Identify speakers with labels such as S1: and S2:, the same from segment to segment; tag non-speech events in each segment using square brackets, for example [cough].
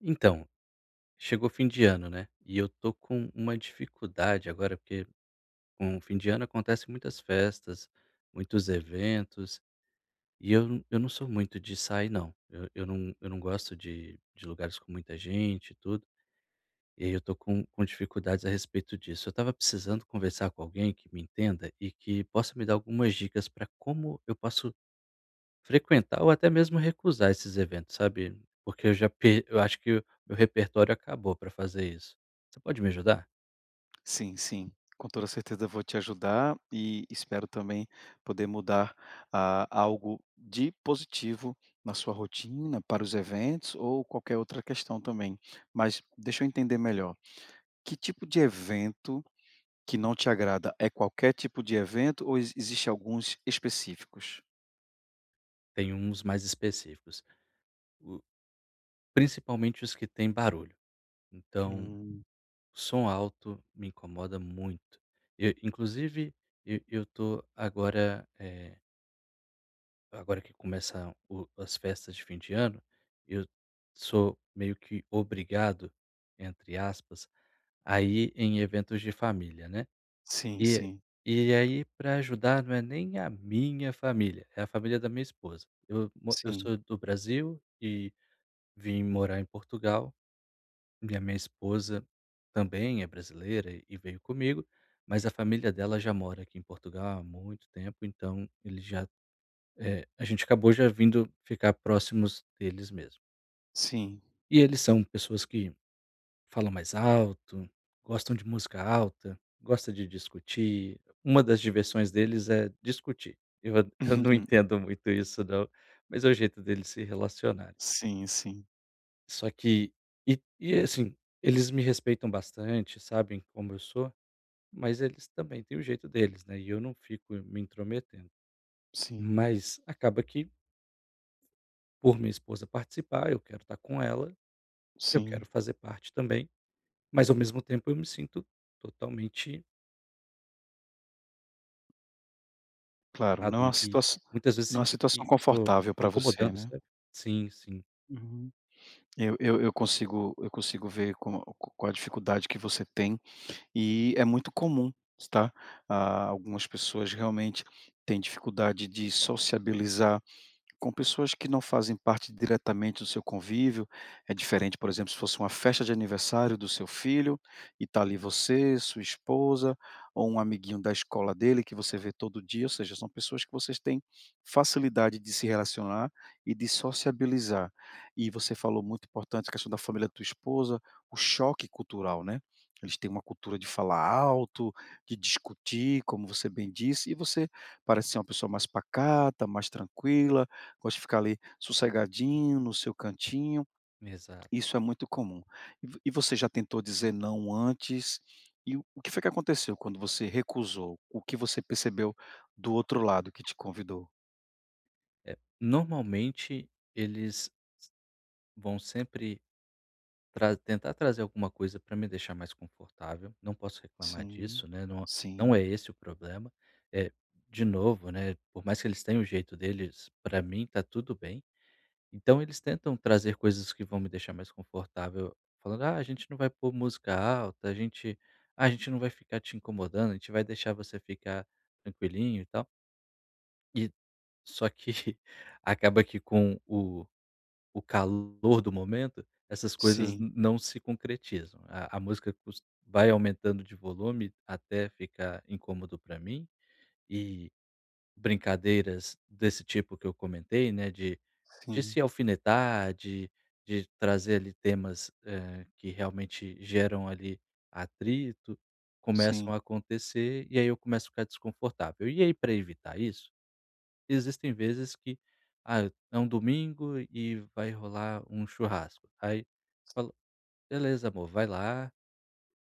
S1: Então, chegou fim de ano, né, e eu tô com uma dificuldade agora, porque com o fim de ano acontecem muitas festas, muitos eventos, e eu não sou muito de sair não. Eu não gosto de lugares com muita gente e tudo, e aí eu tô com dificuldades a respeito disso. Eu tava precisando conversar com alguém que me entenda e que possa me dar algumas dicas para como eu posso frequentar ou até mesmo recusar esses eventos, sabe, porque eu já per eu acho que o meu repertório acabou para fazer isso. Você pode me ajudar?
S2: Sim, sim. Com toda certeza vou te ajudar e espero também poder mudar ah, algo de positivo na sua rotina, para os eventos ou qualquer outra questão também. Mas deixa eu entender melhor. Que tipo de evento que não te agrada? É qualquer tipo de evento ou existe alguns específicos?
S1: Tem uns mais específicos, o principalmente os que têm barulho, então
S2: Hum,
S1: som alto me incomoda muito. E inclusive eu tô agora, agora que começa o as festas de fim de ano, eu sou meio que "obrigado", entre aspas, a ir em eventos de família, né.
S2: sim,
S1: E
S2: sim,
S1: e aí, para ajudar, não é nem a minha família, é a família da minha esposa. Eu
S2: sim,
S1: sou do Brasil e vim morar em Portugal, e a minha esposa também é brasileira e veio comigo, mas a família dela já mora aqui em Portugal há muito tempo, então eles já a gente acabou já vindo ficar próximos deles mesmo.
S2: sim.
S1: E eles são pessoas que falam mais alto, gostam de música alta, gosta de discutir. Uma das diversões deles é discutir. Eu a- [laughs] eu não
S2: [laughs]
S1: entendo muito isso não, mas é o jeito deles se relacionarem.
S2: Sim, sim,
S1: Só que e assim, eles me respeitam bastante, sabem como eu sou, mas eles também têm o jeito deles, né, e eu não fico me intrometendo.
S2: sim,
S1: Mas acaba que, por minha esposa participar, eu quero estar com ela, eu quero
S2: sim.
S1: fazer parte também, mas ao mesmo tempo eu me sinto totalmente
S2: Claro, não é
S1: ado
S2: uma
S1: e
S2: situação
S1: muitas vezes
S2: não é uma
S1: sinto
S2: situação
S1: que tô
S2: confortável
S1: tô
S2: para você,
S1: incomodando,
S2: né.
S1: sabe? Sim, sim,
S2: Uhum. Eu consigo ver com a dificuldade que você tem, e é muito comum, tá. Ah, algumas pessoas realmente têm dificuldade de sociabilizar com pessoas que não fazem parte diretamente do seu convívio, é diferente, por exemplo, se fosse uma festa de aniversário do seu filho, e está ali você, sua esposa, ou um amiguinho da escola dele que você vê todo dia, ou seja, são pessoas que vocês têm facilidade de se relacionar e de sociabilizar. E você falou muito importante a questão da família da tua esposa, o choque cultural, né? Eles têm uma cultura de falar alto, de discutir, como você bem disse, e você parece ser uma pessoa mais pacata, mais tranquila, gosta de ficar ali sossegadinho no seu cantinho,
S1: exato.
S2: isso é muito comum. E você já tentou dizer não antes? E o que foi que aconteceu quando você recusou? O que você percebeu do outro lado que te convidou?
S1: É, normalmente eles vão sempre tra tentar trazer alguma coisa para me deixar mais confortável, não posso reclamar
S2: Sim,
S1: disso, né, não
S2: sim,
S1: é esse o problema. É de novo, né, por mais que eles tenham o jeito deles, para mim tá tudo bem. Então eles tentam trazer coisas que vão me deixar mais confortável, falando: "Ah, a gente não vai pôr música alta, a gente a gente não vai ficar te incomodando, a gente vai deixar você ficar tranquilinho e tal". E só que [laughs] acaba que com o calor do momento, essas coisas
S2: sim,
S1: n não se concretizam. A música cos vai aumentando de volume até ficar incômodo para mim e brincadeiras desse tipo que eu comentei, né, de
S2: sim,
S1: se alfinetar, de trazer ali temas, que realmente geram ali atrito,
S2: sim,
S1: começam a acontecer e aí eu começo a ficar desconfortável. E aí para evitar isso, existem vezes que, é um domingo e vai rolar um churrasco. Aí falo: "Beleza amor, vai lá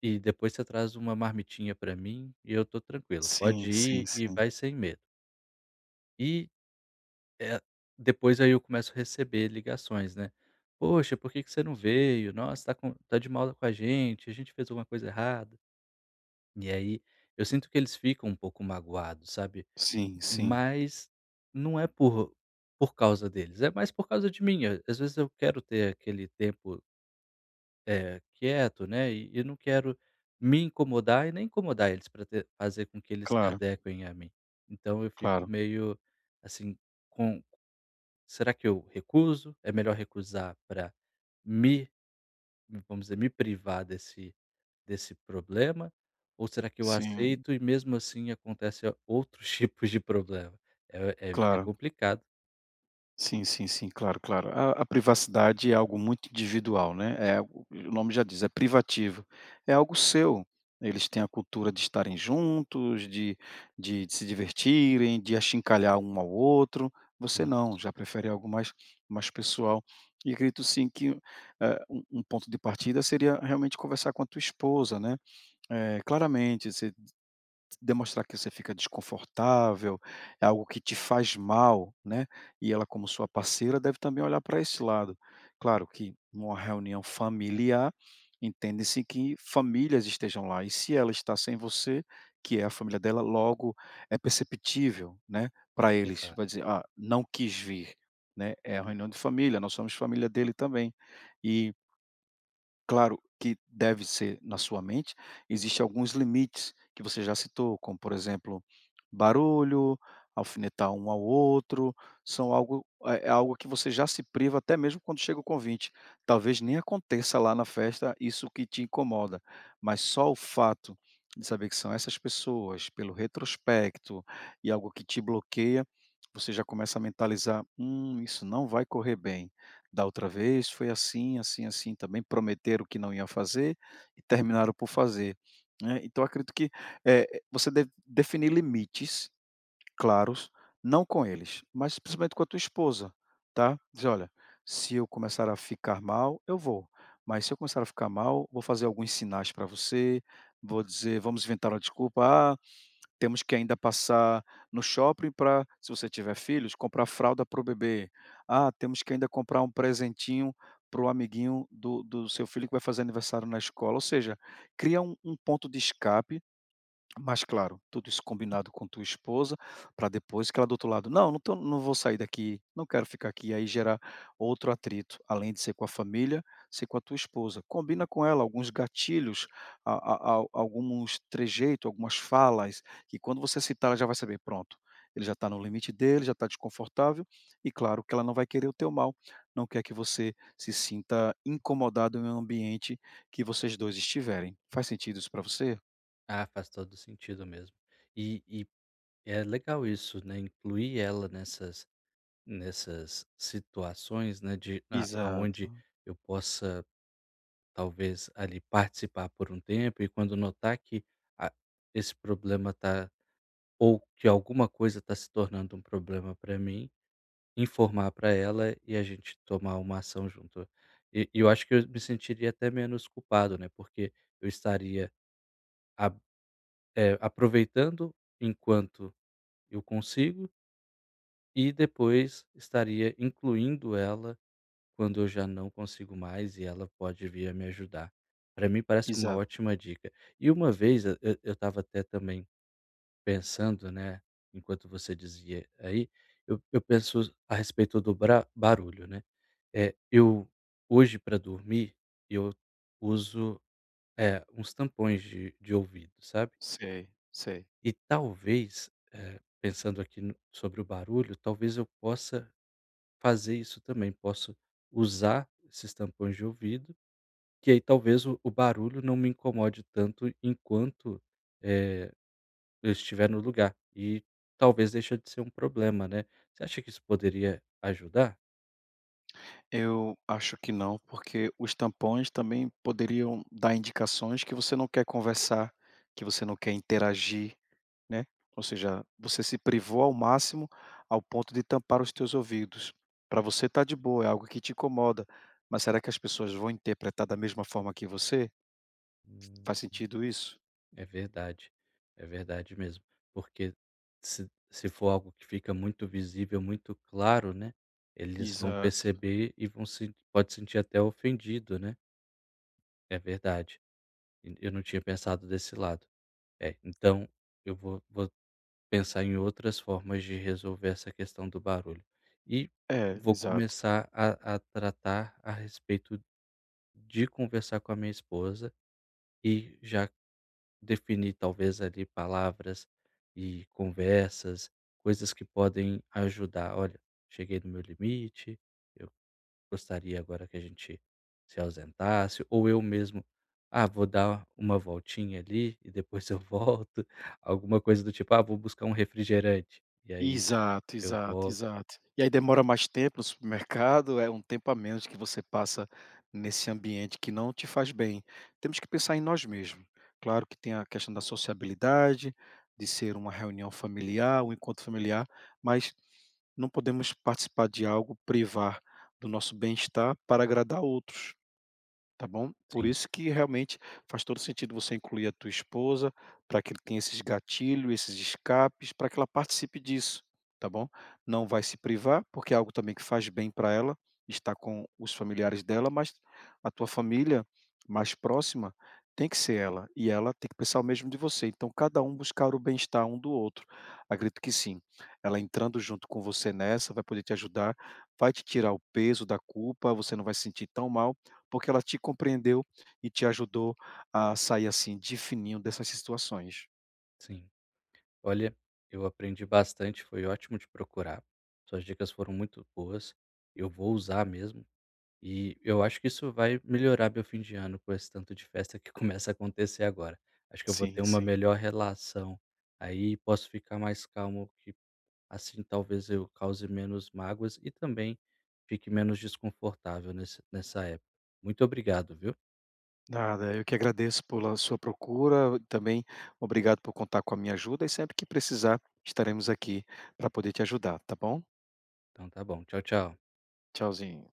S1: e depois você traz uma marmitinha para mim e eu tô tranquilo,
S2: sim,
S1: pode
S2: sim,
S1: ir e
S2: sim,
S1: vai sem medo". E é, depois aí eu começo a receber ligações, né. "Poxa, por que que você não veio? Nossa, tá de mal com a gente fez alguma coisa errada". E aí, eu sinto que eles ficam um pouco magoados, sabe.
S2: sim, sim,
S1: Mas não é por causa deles, é mais por causa de mim. Às vezes eu quero ter aquele tempo, quieto, né, e não quero me incomodar e nem incomodar eles para fazer com que eles se
S2: claro,
S1: adequem a mim. Então eu fico
S2: claro,
S1: meio, assim, com será que eu recuso? É melhor recusar para me vamos dizer, me privar desse problema? Ou será que eu
S2: sim,
S1: aceito e mesmo assim acontece outros [laughs] tipos de problema? É
S2: claro.
S1: complicado
S2: Sim, sim, sim, claro, claro. A privacidade é algo muito individual, né, é algo o nome já diz, é privativo, é algo seu. Eles têm a cultura de estarem juntos, de se divertirem, de achincalhar um ao outro, você não,
S1: isso,
S2: já prefere algo mais mais pessoal. E acredito sim que, um ponto de partida seria realmente conversar com a tua esposa, né, claramente, você demonstrar que você fica desconfortável, é algo que te faz mal, né, e ela como sua parceira deve também olhar para esse lado. Claro que numa reunião familiar, entende-se que famílias estejam lá, e se ela está sem você, que é a família dela, logo é perceptível, né, para eles,
S1: exato.
S2: vai dizer: "Ah, não quis vir", né, é a reunião de família, nós somos família dele também. E claro que deve ser na sua mente, existem alguns limites que você já citou, como por exemplo, barulho, alfinetar um ao outro, são algo é é algo que você já se priva até mesmo quando chega o convite. Talvez nem aconteça lá na festa isso que te incomoda, mas só o fato de saber que são essas pessoas, pelo retrospecto e algo que te bloqueia, você já começa a mentalizar: isso não vai correr bem". Da outra vez foi assim, assim, assim também, prometeram que não iam fazer e terminaram por fazer, né. Então acredito que, você deve definir limites claros, não com eles, mas principalmente com a tua esposa, tá. Diz, "Olha, se eu começar a ficar mal, eu vou, mas se eu começar a ficar mal, vou fazer alguns sinais para você, vou dizer vamos inventar uma desculpa, ah temos que ainda passar no shopping para se você tiver filhos, comprar fralda para o bebê. Ah, temos que ainda comprar um presentinho para o amiguinho do seu filho que vai fazer aniversário na escola, ou seja, cria um ponto de escape mas claro, tudo isso combinado com tua esposa, para depois que ela do outro lado: "Não, não tô não vou sair daqui, não quero ficar aqui", aí gerar outro atrito, além de ser com a família, ser com a tua esposa. Combina com ela alguns gatilhos, a alguns trejeitos algumas falas, que quando você citar ela já vai saber: pronto, ele já está no limite dele, já está desconfortável, e claro que ela não vai querer o teu mal, não quer que você se sinta incomodado em um ambiente que vocês 2 estiverem. Faz sentido isso para você?
S1: Ah, faz todo sentido mesmo. E é legal isso, né, incluir ela nessas situações, né, de a aonde
S2: Exato.
S1: eu possa talvez ali participar por um tempo e quando notar que a esse problema tá ou que alguma coisa está se tornando um problema para mim, informar para ela e a gente tomar uma ação junto. E eu acho que eu me sentiria até menos culpado, né, porque eu estaria a aproveitando enquanto eu consigo e depois estaria incluindo ela quando eu já não consigo mais e ela pode vir a me ajudar. Para mim parece uma
S2: Exato,
S1: ótima dica. E uma vez eu estava até também pensando, né, enquanto você dizia aí, eu penso a respeito do bra barulho, né. É, eu hoje para dormir, eu uso, uns tampões de ouvido, sabe.
S2: sei, sei.
S1: E talvez, pensando aqui no sobre o barulho, talvez eu possa fazer isso também, posso usar esses tampões de ouvido que aí talvez o barulho não me incomode tanto enquanto, eh, eu estiver no lugar e talvez deixe de ser um problema, né. Você acha que isso poderia ajudar?
S2: Eu acho que não, porque os tampões também poderiam dar indicações que você não quer conversar, que você não quer interagir, né. Ou seja, você se privou ao máximo ao ponto de tampar os teus ouvidos. Para você tá de boa, é algo que te incomoda, mas será que as pessoas vão interpretar da mesma forma que você?
S1: Hum,
S2: Faz sentido isso?
S1: é verdade, é verdade mesmo, porque se for algo que fica muito visível, muito claro, né, eles vão
S2: Exato.
S1: perceber e vão se pode sentir até ofendido, né. É verdade, e eu não tinha pensado desse lado. É, então eu vou pensar em outras formas de resolver essa questão do barulho. E
S2: É,
S1: vou
S2: exato.
S1: começar a tratar a respeito de conversar com a minha esposa e já definir talvez ali palavras e conversas, coisas que podem ajudar. "Olha, cheguei no meu limite, eu gostaria agora que a gente se ausentasse", ou eu mesmo: "Ah, vou dar uma voltinha ali e depois eu volto", [laughs] alguma coisa do tipo: "Ah, vou buscar um refrigerante", e aí
S2: Exato,
S1: eu
S2: exato,
S1: vou.
S2: exato. E aí demora mais tempo no supermercado, é um tempo a menos que você passa nesse ambiente que não te faz bem. Temos que pensar em nós mesmos. Claro que tem a questão da sociabilidade, de ser uma reunião familiar, um encontro familiar, mas não podemos participar de algo, privar do nosso bem-estar para agradar outros. Tá bom? Por
S1: Sim,
S2: isso que realmente faz todo sentido você incluir a tua esposa, para que ele tenha esses gatilhos, esses escapes, para que ela participe disso, tá bom? Não vai se privar, porque é algo também que faz bem para ela, estar com os familiares dela, mas a tua família mais próxima tem que ser ela, e ela tem que pensar o mesmo de você. Então, cada um buscar o bem-estar um do outro. Acredito que sim. Ela entrando junto com você nessa, vai poder te ajudar, vai te tirar o peso da culpa, você não vai se sentir tão mal porque ela te compreendeu e te ajudou a sair, assim, de fininho dessas situações.
S1: sim. Olha, eu aprendi bastante, foi ótimo te procurar. Suas dicas foram muito boas, eu vou usar mesmo, e eu acho que isso vai melhorar meu fim de ano com esse tanto de festa que [laughs] começa a acontecer agora. Acho que eu vou ter
S2: Sim,
S1: uma
S2: sim.
S1: melhor relação, aí posso ficar mais calmo, que assim talvez eu cause menos mágoas e também fique menos desconfortável nesse nessa época. Muito obrigado, viu?
S2: Nada, eu que agradeço pela sua procura, também obrigado por contar com a minha ajuda e sempre que precisar estaremos aqui para poder te ajudar, tá bom?
S1: Então tá bom, tchau, tchau.
S2: Tchauzinho.